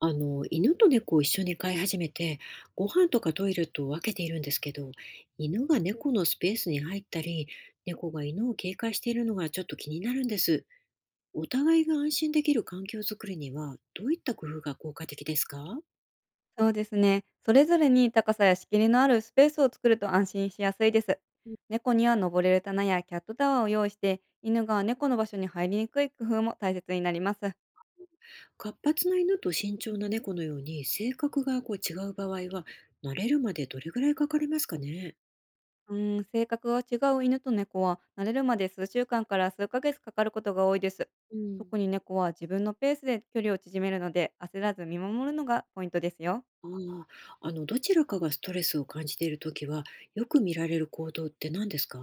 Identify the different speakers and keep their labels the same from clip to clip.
Speaker 1: 犬と猫を一緒に飼い始めて、ご飯とかトイレと分けているんですけど、犬が猫のスペースに入ったり、猫が犬を警戒しているのがちょっと気になるんです。お互いが安心できる環境づくりには、どういった工夫が効果的ですか？
Speaker 2: そうですね。それぞれに高さや仕切りのあるスペースを作ると安心しやすいです。
Speaker 1: うん。
Speaker 2: 猫には登れる棚やキャットタワーを用意して、犬が猫の場所に入りにくい工夫も大切になります。
Speaker 1: 活発な犬と慎重な猫のように性格がこう違う場合は、慣れるまでどれぐらいかかりますかね？
Speaker 2: 性格が違う犬と猫は慣れるまで数週間から数ヶ月かかることが多いです。
Speaker 1: うん。
Speaker 2: 特に猫は自分のペースで距離を縮めるので焦らず見守るのがポイントですよ。
Speaker 1: ああ、どちらかがストレスを感じているときは、よく見られる行動って何ですか？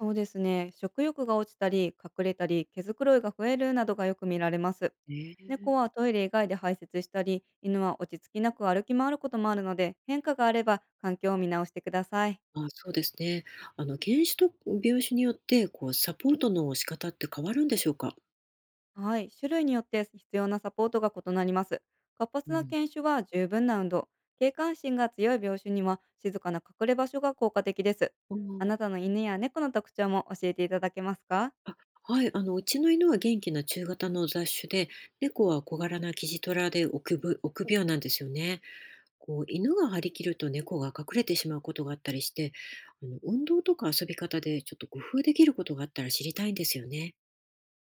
Speaker 2: そうですね。食欲が落ちたり、隠れたり、毛づくろいが増えるなどがよく見られます。
Speaker 1: ね
Speaker 2: 猫
Speaker 1: え、
Speaker 2: はトイレ以外で排泄したり、犬は落ち着きなく歩き回ることもあるので、変化があれば環境を見直してください。
Speaker 1: あ、そうですね。犬種と病種によって、こう、サポートの仕方って変わるんでしょうか？
Speaker 2: はい、種類によって必要なサポートが異なります。活
Speaker 1: う
Speaker 2: 発な
Speaker 1: ん。
Speaker 2: 犬種は十分な運動、警戒心が強い病種には静かな隠れ場所が効果的です。
Speaker 1: う
Speaker 2: あ
Speaker 1: ん。
Speaker 2: なたの犬や猫の特徴も教えていただけますか。
Speaker 1: あ、はい、うちの犬は元気な中型の雑種で、猫は小柄なキジトラで臆病なんですよね。こう、犬が張り切ると猫が隠れてしまうことがあったりして、運動とか遊び方でちょっと工夫できることがあったら知りたいんですよね。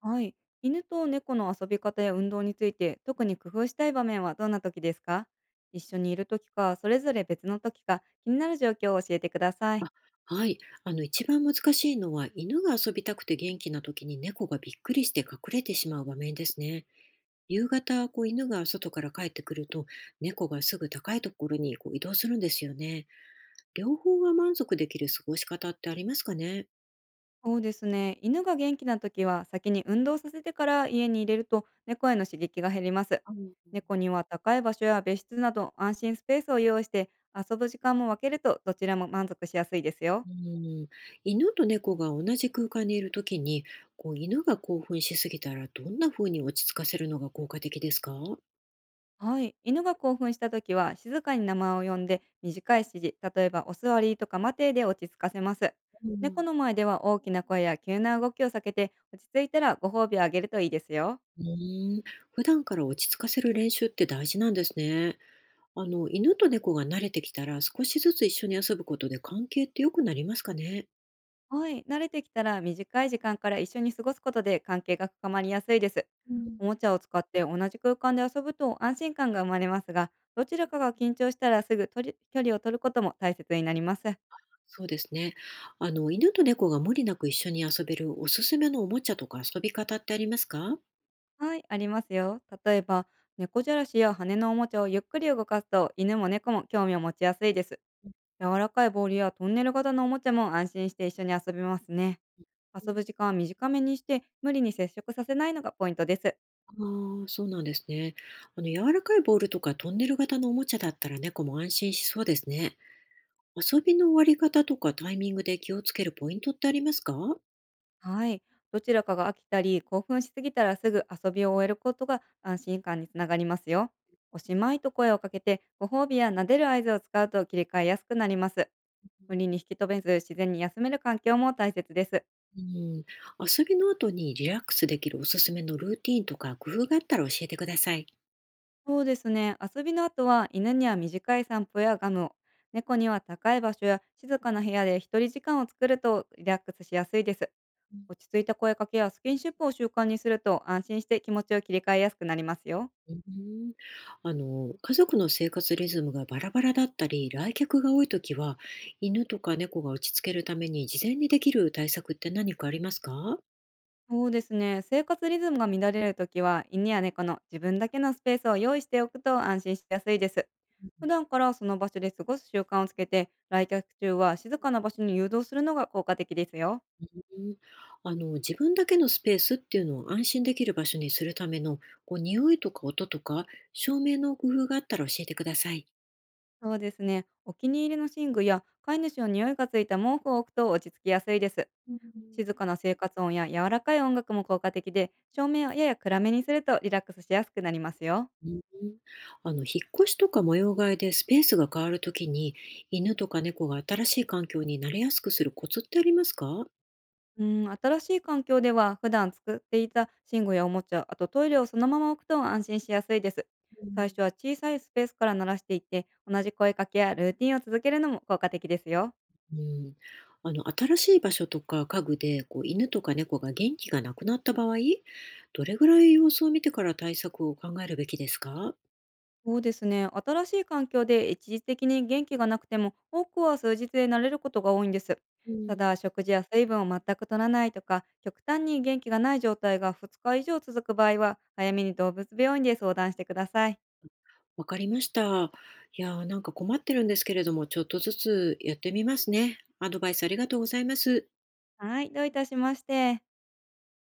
Speaker 2: はい。犬と猫の遊び方や運動について、特に工夫したい場面はどんな時ですか。一緒にいる時か、それぞれ別の時か、気になる状況を教えてください。
Speaker 1: あ、はい。一番難しいのは、犬が遊びたくて元気な時に猫がびっくりして隠れてしまう場面ですね。夕方、こう犬が外から帰ってくると、猫がすぐ高いところにこう移動するんですよね。両方が満足できる過ごし方ってありますかね？
Speaker 2: そうですね。犬が元気な時は、先に運動させてから家に入れると、猫への刺激が減ります。
Speaker 1: あの
Speaker 2: 猫には高い場所や別室など、安心スペースを用意して、遊ぶ時間も分けると、どちらも満足しやすいですよ。
Speaker 1: うん、犬と猫が同じ空間にいる時に、こう犬が興奮しすぎたら、どんな風に落ち着かせるのが効果的ですか？
Speaker 2: はい。犬が興奮した時は、静かに名前を呼んで、短い指示、例えばお座りとか待てで落ち着かせます。
Speaker 1: う
Speaker 2: 猫
Speaker 1: ん。
Speaker 2: の前では大きな声や急な動きを避けて、落ち着いたらご褒美をあげるといいですよ。
Speaker 1: うーん、普段から落ち着かせる練習って大事なんですね。犬と猫が慣れてきたら、少しずつ一緒に遊ぶことで関係って良くなりますかね。
Speaker 2: はい。慣れてきたら、短い時間から一緒に過ごすことで関係が深まりやすいです。
Speaker 1: うん、
Speaker 2: おもちゃを使って同じ空間で遊ぶと安心感が生まれますが、どちらかが緊張したらすぐ取り距離を取ることも大切になります。
Speaker 1: そうですね。犬と猫が無理なく一緒に遊べるおすすめのおもちゃとか遊び方ってありますか？
Speaker 2: はい、ありますよ。例えば、猫じゃらしや羽のおもちゃをゆっくり動かすと、犬も猫も興味を持ちやすいです。柔らかいボールやトンネル型のおもちゃも安心して一緒に遊べますね。
Speaker 1: う
Speaker 2: 遊ぶ
Speaker 1: ん。
Speaker 2: 時間は短めにして、無理に接触させないのがポイントです。
Speaker 1: ああ、そうなんですね。柔らかいボールとかトンネル型のおもちゃだったら猫も安心しそうですね。遊びの終わり方とかタイミングで気をつけるポイントってありますか？
Speaker 2: はい。どちらかが飽きたり、興奮しすぎたらすぐ遊びを終えることが安心感につながりますよ。おしまいと声をかけて、ご褒美や撫でる合図を使うと切り替えやすくなります。無理に引き止めず、自然に休める環境も大切です。
Speaker 1: うん、遊びの後にリラックスできるおすすめのルーティンとか工夫があったら教えてください。
Speaker 2: そうですね。遊びの後は犬には短い散歩やガムを、猫には高い場所や静かな部屋で一人時間を作るとリラックスしやすいです。落ち着いた声かけやスキンシップを習慣にすると安心して気持ちを切り替えやすくなりますよ。
Speaker 1: うん、ん、家族の生活リズムがバラバラだったり、来客が多いときは、犬とか猫が落ち着けるために事前にできる対策って何かありますか？
Speaker 2: そうですね。生活リズムが乱れるときは犬や猫の自分だけのスペースを用意しておくと安心しやすいです。普段からその場所で過ごす習慣をつけて来客中は静かな場所に誘導するのが効果的ですよ。
Speaker 1: うん、自分だけのスペースっていうのを安心できる場所にするための、こう、匂いとか音とか照明の工夫があったら教えてください。
Speaker 2: そうですね。お気に入りの寝具や飼い主の匂いがついた毛布を置くと落ち着きやすいです。
Speaker 1: うん。
Speaker 2: 静かな生活音や柔らかい音楽も効果的で、照明をやや暗めにするとリラックスしやすくなりますよ。
Speaker 1: うん。引っ越しとか模様替えでスペースが変わるときに、犬とか猫が新しい環境に慣れやすくするコツってありますか？
Speaker 2: うん、新しい環境では普段作っていた寝具やおもちゃ、あとトイレをそのまま置くと安心しやすいです。
Speaker 1: う
Speaker 2: 最
Speaker 1: ん。
Speaker 2: 初は小さいスペースから鳴らしていって、同じ声かけやルーティンを続けるのも効果的ですよ。
Speaker 1: ん。新しい場所とか家具で、こう、犬とか猫が元気がなくなった場合、どれぐらい様子を見てから対策を考えるべきですか？
Speaker 2: そうですね。新しい環境で一時的に元気がなくても、多くは数日で慣れることが多いんです。
Speaker 1: う
Speaker 2: た
Speaker 1: ん。
Speaker 2: だ、食事や水分を全く取らないとか、極端に元気がない状態が2日以上続く場合は、早めに動物病院で相談してください。
Speaker 1: わかりました。いやー、なんか困ってるんですけれども、ちょっとずつやってみますね。アドバイスありがとうございます。
Speaker 2: はい、どういたしまして。